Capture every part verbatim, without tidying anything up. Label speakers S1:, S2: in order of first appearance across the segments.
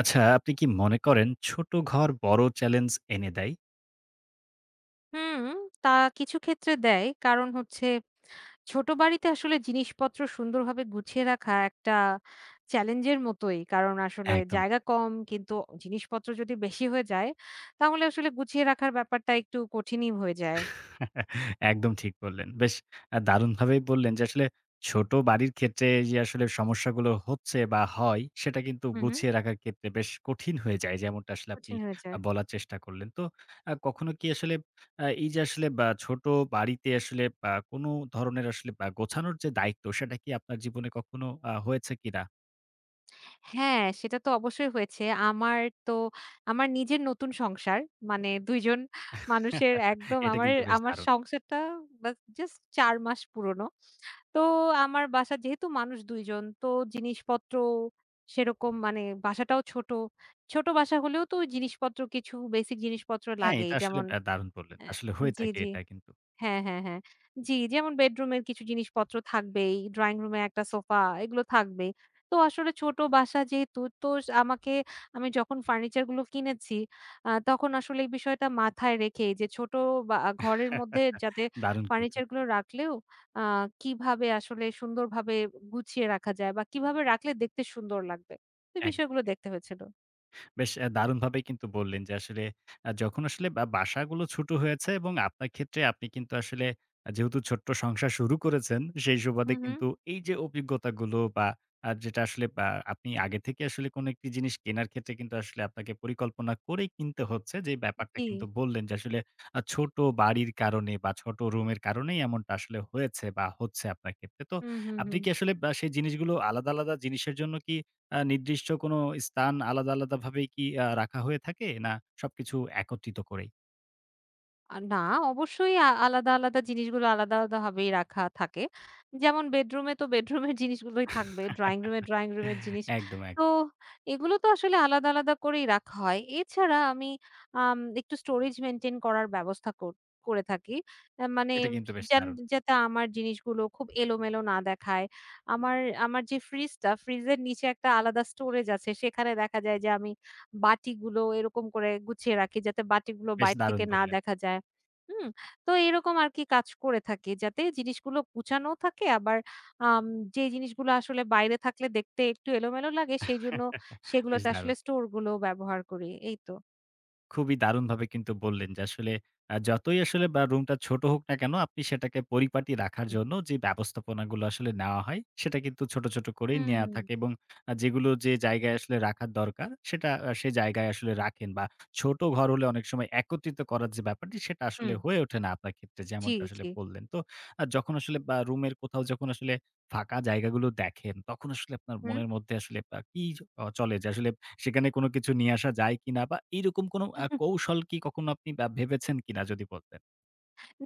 S1: আচ্ছা, আপনি কি মনে করেন ছোট ঘর বড় চ্যালেঞ্জ এনে দেয়?
S2: হুম, তা কিছু ক্ষেত্রে দেয়। কারণ হচ্ছে ছোট বাড়িতে আসলে জিনিসপত্র সুন্দরভাবে গুছিয়ে রাখা একটা চ্যালেঞ্জের মতোই। কারণ আসলে
S1: একদম
S2: জায়গা কম কিন্তু জিনিসপত্র যদি বেশি হয়ে যায় তাহলে আসলে গুছিয়ে রাখার ব্যাপারটা একটু কঠিনই হয়ে যায়।
S1: ঠিক। একদম ঠিক বললেন। বেশ আ দারুণভাবেই বললেন যে আসলে ছোট বাড়ির ক্ষেত্রে যে আসলে সমস্যাগুলো হচ্ছে বা হয় সেটা কিন্তু
S2: হু, হুম,
S1: গুছিয়ে রাখার ক্ষেত্রে বেশ কঠিন হয়ে যায়। যেমনটা আসলে আপনি
S2: কঠিন হয়ে
S1: আ
S2: যায়।
S1: বলার চেষ্টা করলেন। তো আ কখনো কি আসলে আ এই যে আসলে বা ছোট বাড়িতে আসলে বা কোনো ধরনের আসলে বা গোছানোর যে দায়িত্ব সেটা কি আপনার জীবনে কখনো আ হয়েছে কিনা?
S2: হ্যাঁ, সেটা তো অবশ্যই হয়েছে। আমার তো আমার নিজের নতুন সংসার। মানে দুই জন মানুষের একদম
S1: এটা
S2: আমার,
S1: কিন্তু বেশ
S2: আমার
S1: দারুণ।
S2: সংসারটা বা জাস্ট চার মাস পুরনো। তো আমার বাসা যেহেতু মানুষ দুই জন তো জিনিসপত্র সেরকম মানে বাসাটাও ছোট। ছোট বাসা হলেও তো জিনিসপত্র কিছু বেসিক জিনিসপত্র
S1: হ্যাঁ,
S2: লাগেই।
S1: এটা আসলে
S2: যেমন
S1: আ দারুণ বললেন।
S2: অ্যা
S1: আসলে হয়ে
S2: জি,
S1: থাকে
S2: জি।
S1: এটা কিন্তু।
S2: হ্যাঁ, হ্যাঁ, হ্যাঁ। জি, যেমন বেডরুমের কিছু জিনিসপত্র থাকবেই, ড্রইং রুমে একটা সোফা এগুলো থাকবেই। তো আসলে ছোট বাসা যেহেতু তো স আমাকে আমি যখন ফার্নিচার গুলো কিনেছি আ তখন আসলে এই বিষয়টা মাথায় রেখে যে ছোট বা ঘরের মধ্যে যাতে
S1: দারুণ কিন্তু।
S2: ফার্নিচার গুলো রাখলেও আ কিভাবে আসলে সুন্দরভাবে গুছিয়ে রাখা যায় বা কিভাবে রাখলে দেখতে সুন্দর লাগবে। এই
S1: একদম,
S2: বিষয়গুলো
S1: একদম।
S2: দেখতে হয়েছিল।
S1: বেশ অ্যা দারুণভাবেই কিন্তু বললেন যে আসলে আ যখন আসলে বা বাসাগুলো ছোট হয়েছে এবং আপনার ক্ষেত্রে আপনি কিন্তু আসলে আ যেহেতু ছোট্ট সংসার শুরু করেছেন, সেই সুবাদে
S2: হুম, হুম।
S1: কিন্তু এই যে অভিজ্ঞতাগুলো বা আ যেটা আসলে বা আপনি আগে থেকে আসলে কোনো একটি জিনিস কেনার ক্ষেত্রে কিন্তু আসলে আপনাকে পরিকল্পনা করেই কিনতে হচ্ছে। যে ব্যাপারটা
S2: জি।
S1: কিন্তু বললেন যে আসলে আ ছোট বাড়ির কারণে বা ছোট রুমের কারণেই এমনটা আসলে হয়েছে বা হচ্ছে আপনার ক্ষেত্রে। তো
S2: হুম, হুম,
S1: আপনি
S2: হুম।
S1: কি আসলে বা সেই জিনিসগুলো আলাদা, আলাদা জিনিসের জন্য কি আ নির্দিষ্ট কোনো স্থান আলাদা, আলাদাভাবেই কি আ রাখা হয়ে থাকে? না সবকিছু একত্রিত করেই?
S2: আ না, অবশ্যই আ আলাদা, আলাদা জিনিসগুলো আলাদা, আলাদাভাবেই রাখা থাকে। যেমন বেডরুমে তো বেডরুমের জিনিসগুলোই থাকবে। ড্রইং রুমে, ড্রইং রুমের জিনিস।
S1: একদম, এক
S2: তো এগুলো তো আসলে আলাদা, আলাদা করেই রাখা হয়। এছাড়া আমি আম একটু স্টোরেজ মেইনটেইন করার ব্যবস্থা কর করে থাকি। আ মানে
S1: এটা কিন্তু বেশ
S2: যেন
S1: দারুণ!
S2: যাতে আমার জিনিসগুলো খুব এলোমেলো না দেখায়। আমার আমার যে ফ্রিজটা, ফ্রিজের নিচে একটা আলাদা স্টোরেজ আছে। সেখানে দেখা যায় যে আমি বাটিগুলো এরকম করে গুছিয়ে রাখি যাতে বাটিগুলো
S1: বেশ
S2: বাইরে
S1: দারুণ
S2: থেকে না
S1: বললেন।
S2: দেখা যায়। হুম, তো এরকম আরকি কাজ করে থাকি যাতে জিনিসগুলো গুছানোও থাকে আবার আম যে জিনিসগুলো আসলে বাইরে থাকলে দেখতে একটু এলোমেলো লাগে সেইজন্য
S1: বেশ
S2: সেগুলোতে আসলে
S1: দারুণ!
S2: স্টোর গুলো ব্যবহার করি। এই তো।
S1: খুবই দারুণভাবে কিন্তু বললেন যে আসলে আ যতই আসলে বা রুমটা ছোট হোক না কেন, আপনি সেটাকে পরিপাটি রাখার
S2: হুম।
S1: জন্য যে ব্যবস্থাপনাগুলো আসলে নেওয়া হয়, সেটা কিন্তু ছোট, ছোট করেই নেয়া
S2: হুম,
S1: থাকে এবং আ যেগুলো যে জায়গায় আসলে রাখার দরকার, সেটা আ সে জায়গায় আসলে রাখেন বা ছোট ঘর হলে অনেক সময় একত্রিত করার যে ব্যাপারটি, সেটা আসলে
S2: হুম।
S1: হয়ে ওঠে না আপনার ক্ষেত্রে
S2: জি,
S1: যেমনটা আসলে
S2: জি।
S1: বললেন। তো আ যখন আসলে বা রুমের কোথাও যখন আসলে ফাঁকা জায়গাগুলো দেখেন, তখন আসলে আপনার
S2: হুম।
S1: মনের মধ্যে আসলে আ কি চ চলে যে আসলে সেখানে কোনো কিছু নিয়ে আসা যায় কিনা বা এইরকম কোনো আ কৌশল কি কখনো আপনি আ ভেবেছেন কিনা যদি বলতেন?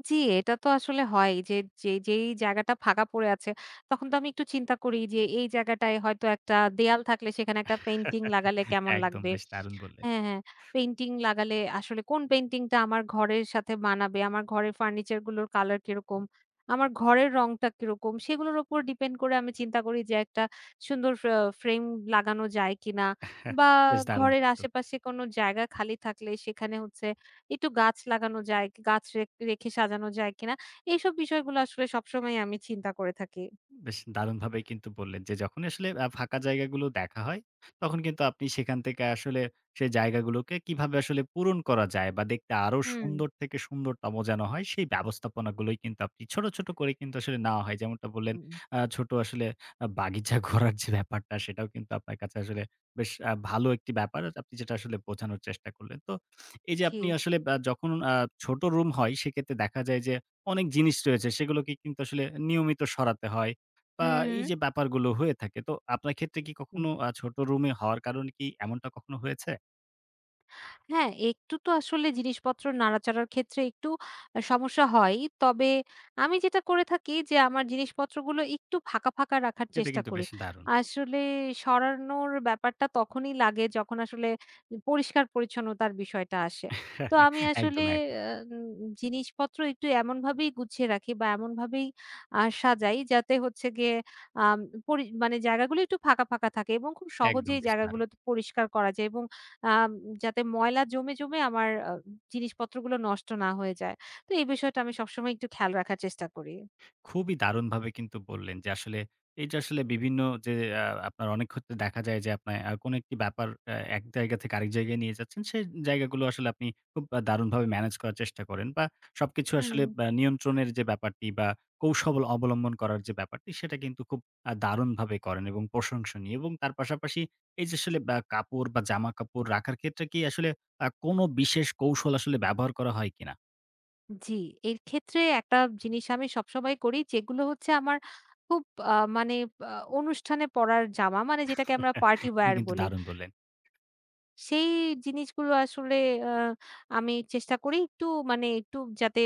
S2: জি, এটা তো আসলে হয় যে যে যেই জায়গাটা ফাঁকা পড়ে আছে তখন তো আমি একটু চিন্তা করি যে এই জায়গাটায় হয়তো একটা দেয়াল থাকলে সেখানে একটা পেইন্টিং লাগালে কেমন
S1: একদম
S2: লাগবে।
S1: বেশ দারুণ বললেন।
S2: হ্যাঁ, হ্যাঁ। পেইন্টিং লাগালে আসলে কোন পেইন্টিংটা আমার ঘরের সাথে মানাবে, আমার ঘরের ফার্নিচার গুলোর কালার কিরকম, আমার ঘরের রংটা কিরকম, সেগুলোর উপর ডিপেন্ড করে আমি চিন্তা করি যে একটা সুন্দর ফ্রে ফ্রেম লাগানো যায় কিনা বা
S1: বেশ দারুণ
S2: ঘরের
S1: কিন্তু।
S2: আশেপাশে কোনো জায়গা খালি থাকলে সেখানে হচ্ছে একটু গাছ লাগানো যায়, কি- গাছ রেখ রেখে সাজানো যায় কিনা। এইসব বিষয়গুলো আসলে সবসময় আমি চিন্তা করে থাকি।
S1: বেশ দারুণভাবেই কিন্তু বললেন যে যখন আসলে আ ফাঁকা জায়গাগুলো দেখা হয়, তখন কিন্তু আপনি সেখান থেকে আসলে সেই জায়গাগুলোকে কিভাবে আসলে পূরণ করা যায় বা দেখতে আরো
S2: হুম,
S1: সুন্দর থেকে সুন্দরতম যেন হয় সেই ব্যবস্থাপনাগুলোই কিন্তু আপনি ছোট, ছোট করে কিন্তু আসলে নেওয়া হয়। যেমনটা বললেন
S2: হুম।
S1: আ ছোট আসলে আ বাগিচা করার যে ব্যাপারটা সেটাও কিন্তু আপনার কাছে আসলে বেশ আ ভালো একটি ব্যাপার। আপনি যেটা আসলে বোঝানোর চেষ্টা করলেন। তো এই যে
S2: জি।
S1: আপনি আসলে আ যখন আ ছোট রুম হয় সেক্ষেত্রে দেখা যায় যে অনেক জিনিস রয়েছে সেগুলোকে কিন্তু আসলে নিয়মিত সরাতে হয়। বা
S2: হুম,
S1: এই যে ব্যাপারগুলো হয়ে থাকে। তো আপনার ক্ষেত্রে কি
S2: হুম।
S1: কখনো আ ছোট রুমে হওয়ার কারণে কি এমনটা কখনো হয়েছে?
S2: হ্যাঁ, একটু তো আসলে জিনিসপত্র নাড়াচাড়ার ক্ষেত্রে একটু আ সমস্যা হয়ই। তবে আমি যেটা করে থাকি যে আমার জিনিসপত্রগুলো একটু ফাঁকা, ফাঁকা রাখার
S1: এটা
S2: চেষ্টা
S1: কিন্তু
S2: করি।
S1: বেশ দারুণ।
S2: আসলে সরানোর ব্যাপারটা তখনই লাগে যখন আসলে পরিষ্কার-পরিচ্ছন্নতার বিষয়টা আসে। তো আমি আসলে
S1: একদম, একদম,
S2: আ উম জিনিসপত্র একটু এমনভাবেই গুছিয়ে রাখি বা এমনভাবেই আ সাজাই যাতে হচ্ছে গিয়ে আম পরি মানে জায়গাগুলো একটু ফাঁকা, ফাঁকা থাকে এবং খুব
S1: একদম
S2: সহজেই
S1: বেশ দারুণ।
S2: জায়গাগুলোতে পরিষ্কার করা যায় এবং আম যাতে ময়লা জমে, জমে আমার আ জিনিসপত্রগুলো নষ্ট না হয়ে যায়। তো এই বিষয়টা আমি সবসময় একটু খেয়াল রাখার চেষ্টা করি।
S1: খুবই দারুণভাবে কিন্তু বললেন যে আসলে এই যে আসলে বিভিন্ন যে আ আপনার অনেক ক্ষেত্রে দেখা যায় যে আপনার আ কোনো একটি ব্যাপার আ এক জায়গা থেকে আরেক জায়গায় নিয়ে যাচ্ছেন, সেই জায়গাগুলো আসলে আপনি খুব আ দারুণভাবে ম্যানেজ করার চেষ্টা করেন বা সবকিছু
S2: হুম।
S1: আসলে বা নিয়ন্ত্রণের যে ব্যাপারটি বা কৌশল অবলম্বন করার যে ব্যাপারটি সেটা কিন্তু খুব আ দারুণভাবে করেন এবং প্রশংসনীয় এবং তার পাশাপাশি এই যে আসলে বা কাপড় বা জামাকাপড় রাখার ক্ষেত্রে কি আসলে আ কোনো বিশেষ কৌশল আসলে ব্যবহার করা হয় কিনা?
S2: জি, এর ক্ষেত্রে একটা জিনিস আমি সবসময় করি যেগুলো হচ্ছে আমার খুব আ মানে আ অনুষ্ঠানে পড়ার জামা মানে যেটাকে আমরা পার্টি
S1: এটা
S2: ওয়্যার
S1: কিন্তু
S2: বলি।
S1: দারুণ বললেন।
S2: সেই জিনিসগুলো আসলে আ আমি চেষ্টা করি একটু মানে একটু যাতে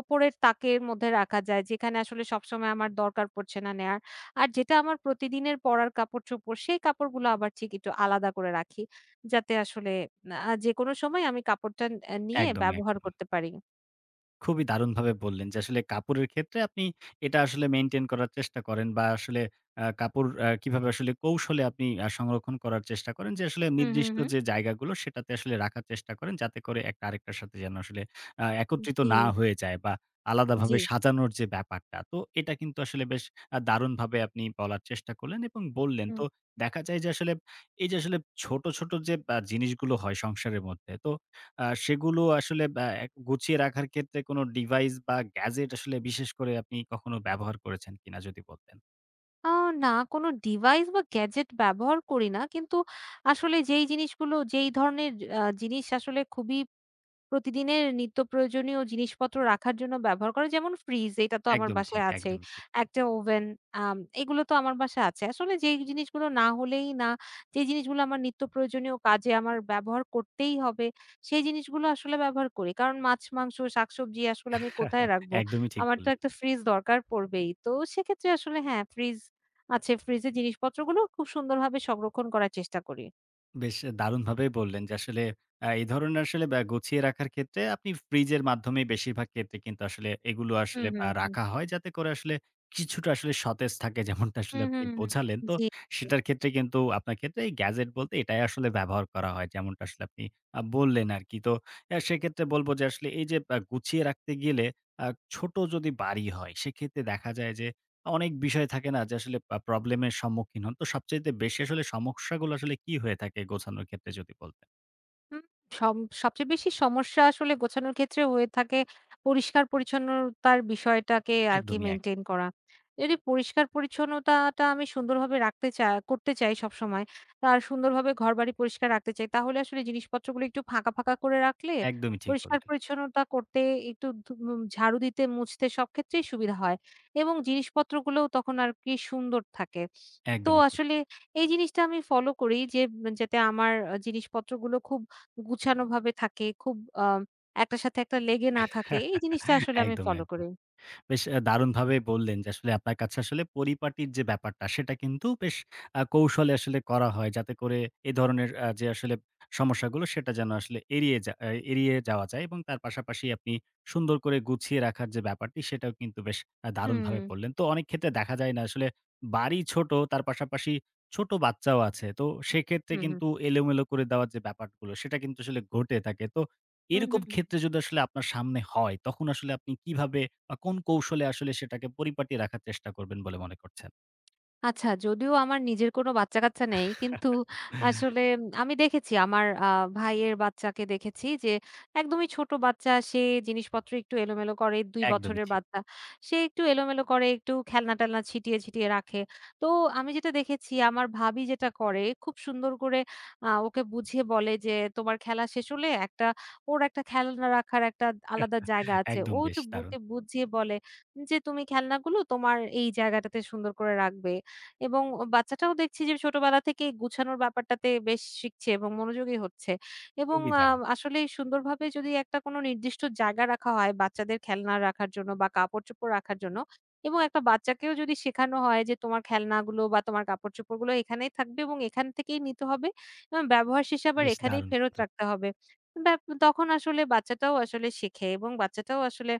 S2: ওপরের তাকের মধ্যে রাখা যায়। যেখানে আসলে সবসময় আমার দরকার পড়ছে না নেয়ার। আর যেটা আমার প্রতিদিনের পরার কাপড়-চোপড় সেই কাপড়গুলো আবার ঠিক একটু আলাদা করে রাখি। যাতে আসলে আ যেকোনো সময় আমি কাপড়টা আ নিয়ে
S1: একদম,
S2: ব্যবহার
S1: একদম।
S2: করতে পারি।
S1: খুবই দারুণভাবে বললেন যে আসলে কাপড়ের ক্ষেত্রে আপনি এটা আসলে মেইনটেইন করার চেষ্টা করেন বা আসলে আ কাপড় আ কিভাবে আসলে কৌশলে আপনি আ সংরক্ষণ করার চেষ্টা করেন যে আসলে
S2: হুম, হুম,
S1: নির্দিষ্ট
S2: হুম।
S1: যে জায়গাগুলো সেটাতে আসলে রাখার চেষ্টা করেন যাতে করে একটা আরেকটার সাথে যেন আসলে আ একত্রিত
S2: জি,
S1: না হয়ে যায় বা
S2: জি।
S1: আলাদাভাবে সাজানোর যে ব্যাপারটা। তো এটা কিন্তু আসলে বেশ আ দারুণভাবে আপনি বলার চেষ্টা করলেন এবং বললেন।
S2: হুম।
S1: তো দেখা যায় যে আসলে এই যে আসলে ছোট, ছোট যে আ জিনিসগুলো হয় সংসারের মধ্যে তো আ সেগুলো আসলে ব্যা গুছিয়ে রাখার ক্ষেত্রে কোনো ডিভাইস বা গ্যাজেট আসলে বিশেষ করে আপনি কখনো ব্যবহার করেছেন কিনা যদি বলতেন?
S2: আ না কোনো ডিভাইস বা গ্যাজেট ব্যবহার করি না। কিন্তু আসলে যেই জিনিসগুলো যেই ধরনের আ জিনিস আসলে খুবই প্রতিদিনের নিত্য প্রয়োজনীয় জিনিসপত্র রাখার জন্য ব্যবহার করে। যেমন ফ্রিজ এটা তো আমার
S1: একদম ঠিক,
S2: বাসায় আছেই।
S1: একদমই ঠিক।
S2: একটা ওভেন আম এগুলো তো আমার বাসায় আছে। আসলে যেই জিনিসগুলো না হলেই না, যে জিনিসগুলো আমার নিত্য প্রয়োজনীয় কাজে আমার ব্যবহার করতেই হবে, সেই জিনিসগুলো আসলে ব্যবহার করি। কারণ মাছ, মাংস, শাকসবজি আসলে আমি কোথায় রাখবো?
S1: একদমই ঠিক
S2: আমার তো
S1: বললেন।
S2: একটা ফ্রিজ দরকার পড়বেই। তো সেক্ষেত্রে আসলে হ্যাঁ, ফ্রিজ আছে। ফ্রিজে জিনিসপত্রগুলো খুব সুন্দরভাবে সংরক্ষণ করার চেষ্টা করি।
S1: বেশ দারুণভাবেই বললেন যে আসলে আ এই ধরনের আসলে ব্যা গুছিয়ে রাখার ক্ষেত্রে আপনি ফ্রিজের মাধ্যমেই বেশিরভাগ ক্ষেত্রে কিন্তু আসলে এগুলো
S2: হুম,
S1: আসলে
S2: হুম,
S1: আ
S2: হুম।
S1: রাখা হয়। যাতে করে আসলে কিছুটা আসলে সতেজ থাকে যেমনটা আসলে
S2: হুম,
S1: আপনি
S2: হুম, হুম।
S1: বোঝালেন। তো
S2: জি।
S1: সেটার ক্ষেত্রে কিন্তু আপনার ক্ষেত্রে এই গ্যাজেট বলতে এটাই আসলে ব্যবহার করা হয়। যেমনটা আসলে আপনি আ বললেন আরকি। তো অ্যা সেক্ষেত্রে বলব যে আসলে এই যে আ গুছিয়ে রাখতে গেলে আ ছোট যদি বাড়ি হয় সেক্ষেত্রে দেখা যায় যে অনেক বিষয় থাকে না যে আসলে আ প্রবলেম এর সম্মুখীন হন। তো সবচাইতে বেশি আসলে সমস্যাগুলো আসলে কি হয়ে থাকে গোছানোর ক্ষেত্রে যদি বলতেন?
S2: হুম, সম সবচেয়ে বেশি সমস্যা আসলে গোছানোর ক্ষেত্রে হয়ে থাকে পরিষ্কার-পরিচ্ছন্নতার বিষয়টাকে আরকি
S1: একদমই এক
S2: মেইনটেইন করা। যদি পরিষ্কার-পরিচ্ছন্নতাটা আমি সুন্দরভাবে রাখতে চা করতে চাই সবসময়, আর সুন্দরভাবে ঘরবাড়ি পরিষ্কার রাখতে চাই, তাহলে আসলে জিনিসপত্রগুলো একটু ফাঁকা, ফাঁকা করে রাখলে
S1: একদমই ঠিক বললেন।
S2: পরিষ্কার-পরিচ্ছন্নতা করতে একটু ধু উম ঝাড়ু দিতে, মুছতে সব ক্ষেত্রেই সুবিধা হয় এবং জিনিসপত্রগুলোও তখন আরকি সুন্দর থাকে। তো
S1: একদমই ঠিক।
S2: আসলে এই জিনিসটা আমি ফলো করি যে উম, যাতে আমার আহ, জিনিসপত্রগুলো খুব গুছানোভাবে থাকে, খুব আ একটার সাথে একটা লেগে না থাকে। এই জিনিসটা আসলে আমি
S1: একদম,
S2: ফলো
S1: একদম।
S2: করি।
S1: বেশ আ দারুণভাবে বললেন যে আসলে আপনার কাছে আসলে পরিপাটির যে ব্যাপারটা সেটা কিন্তু বেশ আ কৌশলে আসলে করা হয়। যাতে করে এ ধরনের আ যে আসলে সমস্যাগুলো সেটা যেন আসলে এড়িয়ে যা আ এড়িয়ে যাওয়া যায় এবং তার পাশাপাশি আপনি সুন্দর করে গুছিয়ে রাখার যে ব্যাপারটি সেটাও কিন্তু বেশ আ
S2: হুম,
S1: দারুণভাবে বললেন। তো অনেক ক্ষেত্রে দেখা যায় না আসলে বাড়ি ছোট তার পাশাপাশি ছোট বাচ্চাও আছে। তো সেক্ষেত্রে
S2: হুম, হুম,
S1: কিন্তু এলোমেলো করে দেওয়ার যে ব্যাপারগুলো সেটা কিন্তু আসলে ঘটে থাকে। তো
S2: হুম,
S1: এরকম
S2: হুম, হুম।
S1: ক্ষেত্রে যদি আসলে আপনার সামনে হয়, তখন আসলে আপনি কিভাবে বা কোন কৌশলে আসলে সেটাকে পরিপাটি রাখার চেষ্টা করবেন বলে মনে করছেন?
S2: আচ্ছা, যদিও আমার নিজের কোনো বাচ্চা-কাচ্চা নেই। কিন্তু আসলে আমি দেখেছি আমার আ ভাইয়ের বাচ্চাকে দেখেছি যে একদমই ছোট বাচ্চা সে জিনিসপত্র একটু এলোমেলো করে। দুই
S1: একদমই
S2: বছরের
S1: ঠিক।
S2: বাচ্চা। সে একটু এলোমেলো করে, একটু খেলনা-টেলনা ছিটিয়ে, ছিটিয়ে রাখে। তো আমি যেটা দেখেছি আমার ভাবি যেটা করে খুব সুন্দর করে আ ওকে বুঝিয়ে বলে যে, "তোমার খেলা শেষ হলে একটা ওর একটা খেলনা রাখার একটা আলাদা জায়গা আছে।" ও
S1: একদম বেশ
S2: একটু
S1: দারুণ।
S2: ওকে বুঝিয়ে বলে যে, "তুমি খেলনাগুলো তোমার এই জায়গাটাতে সুন্দর করে রাখবে।" এবং ও বাচ্চাটাও দেখছি যে ছোটবেলা থেকেই গুছানোর ব্যাপারটাতে বেশ শিখছে এবং মনোযোগী হচ্ছে। এবং
S1: খুবই
S2: আ
S1: দারুণ।
S2: আসলেই সুন্দরভাবে যদি একটা কোনো নির্দিষ্ট জায়গা রাখা হয় বাচ্চাদের খেলনা রাখার জন্য বা কাপড়-চোপড় রাখার জন্য এবং একটা বাচ্চাকেও যদি শেখানো হয় যে, "তোমার খেলনাগুলো বা তোমার কাপড়-চোপড়গুলো এখানেই থাকবে এবং এখান থেকেই নিতে হবে এবং ব্যবহার শেষে আবার
S1: বেশ
S2: এখানেই
S1: দারুণ।
S2: ফেরত রাখতে হবে।" ব্যাপ তখন আসলে বাচ্চাটাও আসলে শেখে এবং বাচ্চাটাও আসলে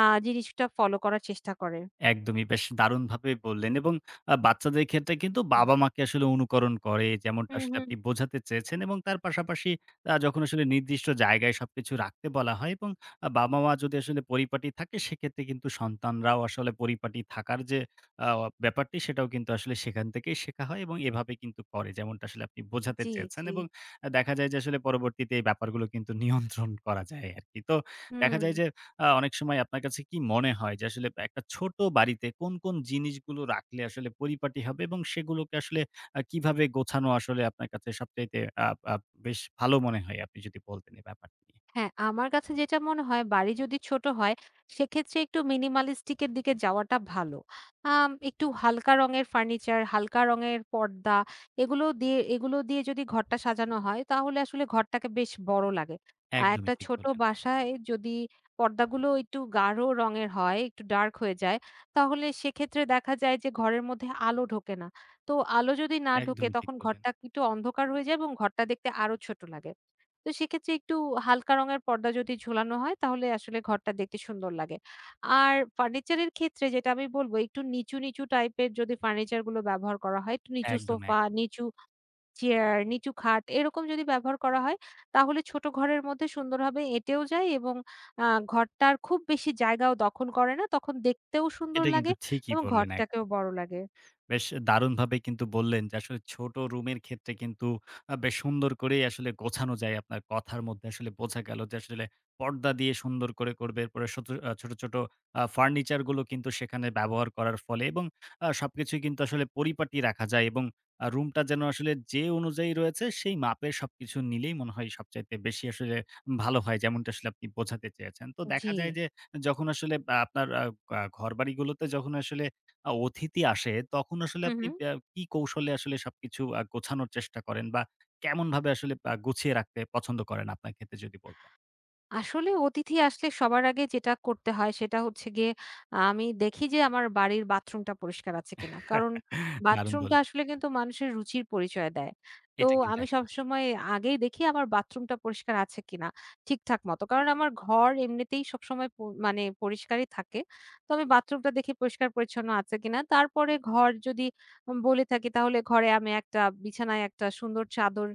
S2: আ জিনিসটা ফলো করার চেষ্টা করে।
S1: একদমই বেশ দারুণভাবে বললেন এবং আ বাচ্চাদের ক্ষেত্রে কিন্তু
S2: হুম।
S1: বাবা-মাকে আসলে অনুকরণ করে যেমনটা
S2: হুম,
S1: আসলে
S2: হুম।
S1: আপনি বোঝাতে চেয়েছেন এবং তার পাশাপাশি আ যখন আসলে নির্দিষ্ট জায়গায় সবকিছু রাখতে বলা হয় এবং আ বাবা-মা যদি আসলে পরিপাটি থাকে সেক্ষেত্রে কিন্তু সন্তানরাও আসলে পরিপাটি থাকার যে আ ব্যাপারটি সেটাও কিন্তু আসলে সেখান থেকেই শেখা হয় এবং এভাবে কিন্তু করে যেমনটা আসলে আপনি বোঝাতে
S2: জি,
S1: চেয়েছেন
S2: জি।
S1: এবং আ দেখা যায় যে আসলে পরবর্তীতে এই ব্যাপারগুলো কিন্তু নিয়ন্ত্রণ করা যায় আরকি। তো দেখা
S2: হুম,
S1: যায় যে আ অনেক সময় আপনার কাছে কি মনে হয় যে আসলে একটা ছোট বাড়িতে কোন, কোন জিনিসগুলো রাখলে আসলে পরিপাটি হবে এবং সেগুলোকে আসলে আ কিভাবে গোছানো আসলে আপনার কাছে সবচাইতে আ আ বেশ ভালো মনে হয়? আপনি যদি বলতেন এই ব্যাপারটি নিয়ে।
S2: হ্যাঁ, আমার কাছে যেটা মনে হয় বাড়ি যদি ছোট হয় সেক্ষেত্রে একটু মিনিমালিস্টিক এর দিকে যাওয়াটা ভালো। আম একটু হালকা রঙের ফার্নিচার, হালকা রঙের পর্দা এগুলো দিয়ে এগুলো দিয়ে যদি ঘরটা সাজানো হয় তাহলে আসলে ঘরটাকে বেশ বড় লাগে। আর একটা
S1: একদমই ঠিক
S2: ছোট
S1: বললেন,
S2: বাসায় যদি পর্দাগুলো একটু গাঢ় রঙের হয়, একটু ডার্ক হয়ে যায় তাহলে সেক্ষেত্রে দেখা যায় যে ঘরের মধ্যে আলো ঢোকে না। তো আলো যদি না ঢোকে
S1: একদমই ঠিক
S2: তখন
S1: বললেন।
S2: ঘরটা একটু অন্ধকার হয়ে যায় এবং ঘরটা দেখতে আরো ছোট লাগে। তো সেক্ষেত্রে একটু হালকা রঙের পর্দা যদি ঝোলানো হয় তাহলে আসলে ঘরটা দেখতে সুন্দর লাগে। আর ফার্নিচারের ক্ষেত্রে যেটা আমি বলব একটু নিচু, নিচু টাইপের যদি ফার্নিচার গুলো ব্যবহার করা হয়, একটু নিচু
S1: একদম, এক
S2: সোফা, নিচু চেয়ার, নিচু খাট এরকম যদি ব্যবহার করা হয় তাহলে ছোট ঘরের মধ্যে সুন্দরভাবে এঁটেও যায় এবং আ ঘরটার খুব বেশি জায়গাও দখল করে না। তখন দেখতেও সুন্দর
S1: এটা
S2: লাগে
S1: কিন্তু ঠিকই
S2: এবং
S1: বললেন
S2: ঘরটাকেও
S1: একদম।
S2: বড় লাগে।
S1: বেশ দারুণভাবে কিন্তু বললেন যে আসলে ছোট রুমের ক্ষেত্রে কিন্তু আ বেশ সুন্দর করেই আসলে গোছানো যায়। আপনার কথার মধ্যে আসলে বোঝা গেল যে আসলে পর্দা দিয়ে সুন্দর করে করবে। এরপরে শত আ ছোট, ছোট আ ফার্নিচার গুলো কিন্তু সেখানে ব্যবহার করার ফলে এবং আ সবকিছুই কিন্তু আসলে পরিপাটি রাখা যায় এবং আ রুমটা যেন আসলে যে অনুযায়ী রয়েছে সেই মাপের সবকিছু নিলেই মনে হয় সবচাইতে বেশি আসলে ভালো হয়। যেমনটা আসলে আপনি বোঝাতে চেয়েছেন। তো
S2: জি।
S1: দেখা যায় যে যখন আসলে আ আপনার আ আ ঘরবাড়িগুলোতে যখন আসলে আ অতিথি আসে তখন আসলে
S2: হু,
S1: আপনি
S2: হু।
S1: আ কি কৌশলে আসলে সবকিছু আ গোছানোর চেষ্টা করেন বা কেমনভাবে আসলে আ গুছিয়ে রাখতে পছন্দ করেন আপনার ক্ষেত্রে যদি বলতেন?
S2: আসলে অতিথি আসলে সবার আগে যেটা করতে হয় সেটা হচ্ছে গিয়ে আহ, আমি দেখি যে আমার বাড়ির বাথরুমটা পরিষ্কার আছে কিনা। কারণ
S1: দারুণ
S2: বাথরুমটা
S1: বললেন।
S2: আসলে কিন্তু মানুষের রুচির পরিচয় দেয়। তো
S1: এটা কিন্তু
S2: আমি
S1: একদম ঠিক।
S2: সবসময় আগেই দেখি আমার বাথরুমটা পরিষ্কার আছে কিনা ঠিকঠাক মতো। কারণ আমার ঘর এমনিতেই সবসময় প মানে পরিষ্কারই থাকে। তো আমি বাথরুমটা দেখি পরিষ্কার-পরিচ্ছন্ন আছে কিনা। তারপরে ঘর যদি বলে থাকি তাহলে ঘরে আমি একটা বিছানায় একটা সুন্দর চাদর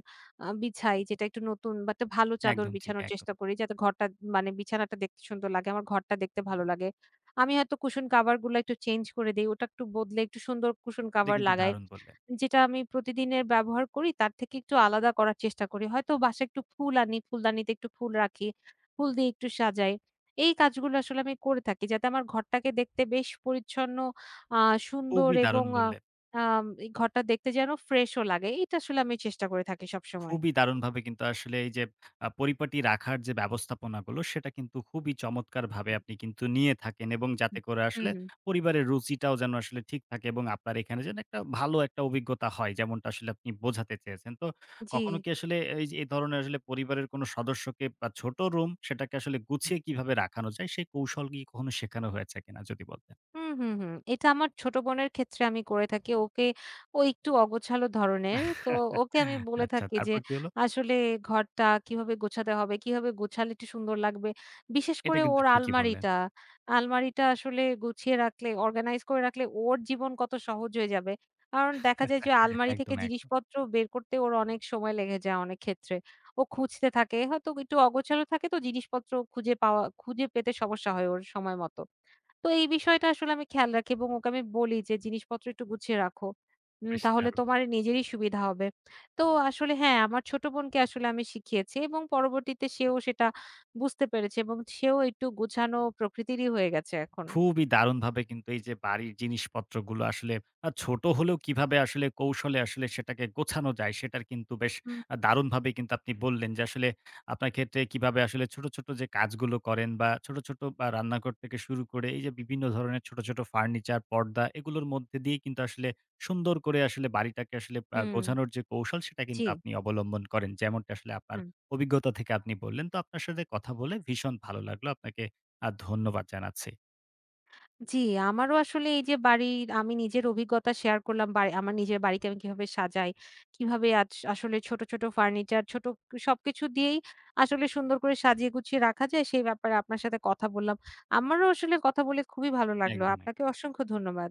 S2: আ বিছাই যেটা একটু নতুন বা একটা ভালো চাদর
S1: একদম ঠিক,
S2: বিছানোর
S1: একদম।
S2: চেষ্টা করি যাতে ঘরটা মানে বিছানাটা দেখতে সুন্দর লাগে। আমার ঘরটা দেখতে ভালো লাগে। আমি হয়তো কুশন কাভার গুলা একটু চেঞ্জ করে দেই। ওটা একটু বদলে একটু সুন্দর কুশন
S1: এটা
S2: কাভার
S1: কিন্তু
S2: লাগাই।
S1: দারুণ বললেন।
S2: যেটা আমি প্রতিদিনের ব্যবহার করি তার থেকে একটু আলাদা করার চেষ্টা করি। হয়তো বাসায় একটু ফুল আনি, ফুলদানিতে একটু ফুল রাখি, ফুল দিয়ে একটু সাজাই। এই কাজগুলো আসলে আমি করে থাকি যাতে আমার ঘরটাকে দেখতে বেশ পরিচ্ছন্ন, আ সুন্দর
S1: খুবই
S2: এবং
S1: দারুণ
S2: আ
S1: বললেন।
S2: আম এই ঘরটা দেখতে যেন ফ্রেশও লাগে। এটা আসলে আমি চেষ্টা করে থাকি সবসময়।
S1: খুবই দারুণভাবে কিন্তু আসলে এই যে আ পরিপাটি রাখার যে ব্যবস্থাপনাগুলো, সেটা কিন্তু খুবই চমৎকারভাবে আপনি কিন্তু নিয়ে থাকেন এবং যাতে
S2: হুম,
S1: করে আসলে
S2: হুম,
S1: পরিবারের রুচিটাও যেন আসলে ঠিক থাকে এবং আপনার এখানে যেন একটা ভালো একটা অভিজ্ঞতা হয়, যেমনটা আসলে আপনি বোঝাতে চেয়েছেন। তো
S2: জি।
S1: কখনো কি আসলে এই যে এই ধরনের আসলে পরিবারের কোনো সদস্যকে বা ছোট রুম, সেটাকে আসলে গুছিয়ে কিভাবে রাখানো যায়, সেই কৌশল কি কখনো শেখানো হয়েছে কিনা যদি বলতেন?
S2: হুম, হুম, হুম। এটা আমার ছোট বোনের ক্ষেত্রে আমি করে থাকি। ওকে ও একটু অগোছালো ধরনের। তো ওকে আমি বলে
S1: আচ্ছা,
S2: থাকি যে
S1: তারপর কি হলো?
S2: আসলে ঘরটা কিভাবে গোছাতে হবে, কিভাবে গোছালে একটু সুন্দর লাগবে। বিশেষ
S1: এটা
S2: করে
S1: কিন্তু
S2: ওর
S1: ঠিকই বললেন।
S2: আলমারিটা, আলমারিটা আসলে গুছিয়ে রাখলে, অর্গানাইজ করে রাখলে ওর জীবন কত সহজ হয়ে যাবে। কারণ দেখা যায় যে আলমারি থেকে
S1: একদম, একদম।
S2: জিনিসপত্র বের করতে ওর অনেক সময় লেগে যায় অনেক ক্ষেত্রে। ও খুঁজতে থাকে। হয়তো একটু অগোছালো থাকে তো জিনিসপত্র খুঁজে পাওয়া খুঁজে পেতে সমস্যা হয় ওর সময় মতো। তো এই বিষয়টা আসলে আমি খেয়াল রাখি এবং ওকে আমি বলি যে, "জিনিসপত্র একটু গুছিয়ে রাখো। উম
S1: বেশ
S2: তাহলে
S1: দারুণ!
S2: তোমার নিজেরই সুবিধা হবে।" তো আসলে হ্যাঁ, আমার ছোট বোনকে আসলে আমি শিখিয়েছি এবং পরবর্তীতে সেও সেটা বুঝতে পেরেছে এবং সেও একটু গোছানো প্রকৃতিরই হয়ে গেছে এখন।
S1: খুবই দারুণভাবে কিন্তু এই যে বাড়ির জিনিসপত্রগুলো আসলে আ ছোট হলেও কিভাবে আসলে কৌশলে আসলে সেটাকে গোছানো যায় সেটার কিন্তু বেশ
S2: হুম।
S1: আ দারুণভাবে কিন্তু আপনি বললেন যে আসলে আপনার ক্ষেত্রে কিভাবে আসলে ছোট, ছোট যে কাজগুলো করেন বা ছোট, ছোট আ রান্নাঘর থেকে শুরু করে এই যে বিভিন্ন ধরনের ছোট, ছোট ফার্নিচার, পর্দা এগুলোর মধ্যে দিয়ে কিন্তু আসলে সুন্দর করে আসলে বাড়িটাকে আসলে আ
S2: হুম,
S1: গোছানোর যে কৌশল সেটা
S2: জি।
S1: কিন্তু আপনি অবলম্বন করেন। যেমনটা আসলে আপনার
S2: হুম।
S1: অভিজ্ঞতা থেকে আপনি বললেন। তো আপনার সাথে কথা বলে ভীষণ ভালো লাগলো। আপনাকে আ ধন্যবাদ জানাচ্ছি।
S2: জি, আমারও আসলে এই যে বাড়ির আমি নিজের অভিজ্ঞতা শেয়ার করলাম। বাড়ি আমার নিজের বাড়িকে আমি কিভাবে সাজাই, কিভাবে আজ আসলে ছোট, ছোট ফার্নিচার ছোট সবকিছু দিয়েই আসলে সুন্দর করে সাজিয়ে গুছিয়ে রাখা যায় সেই ব্যাপারে আপনার সাথে কথা বললাম। আমারও আসলে কথা বলে খুবই ভালো লাগলো।
S1: একদম,
S2: আপনাকে
S1: একদম।
S2: অসংখ্য ধন্যবাদ।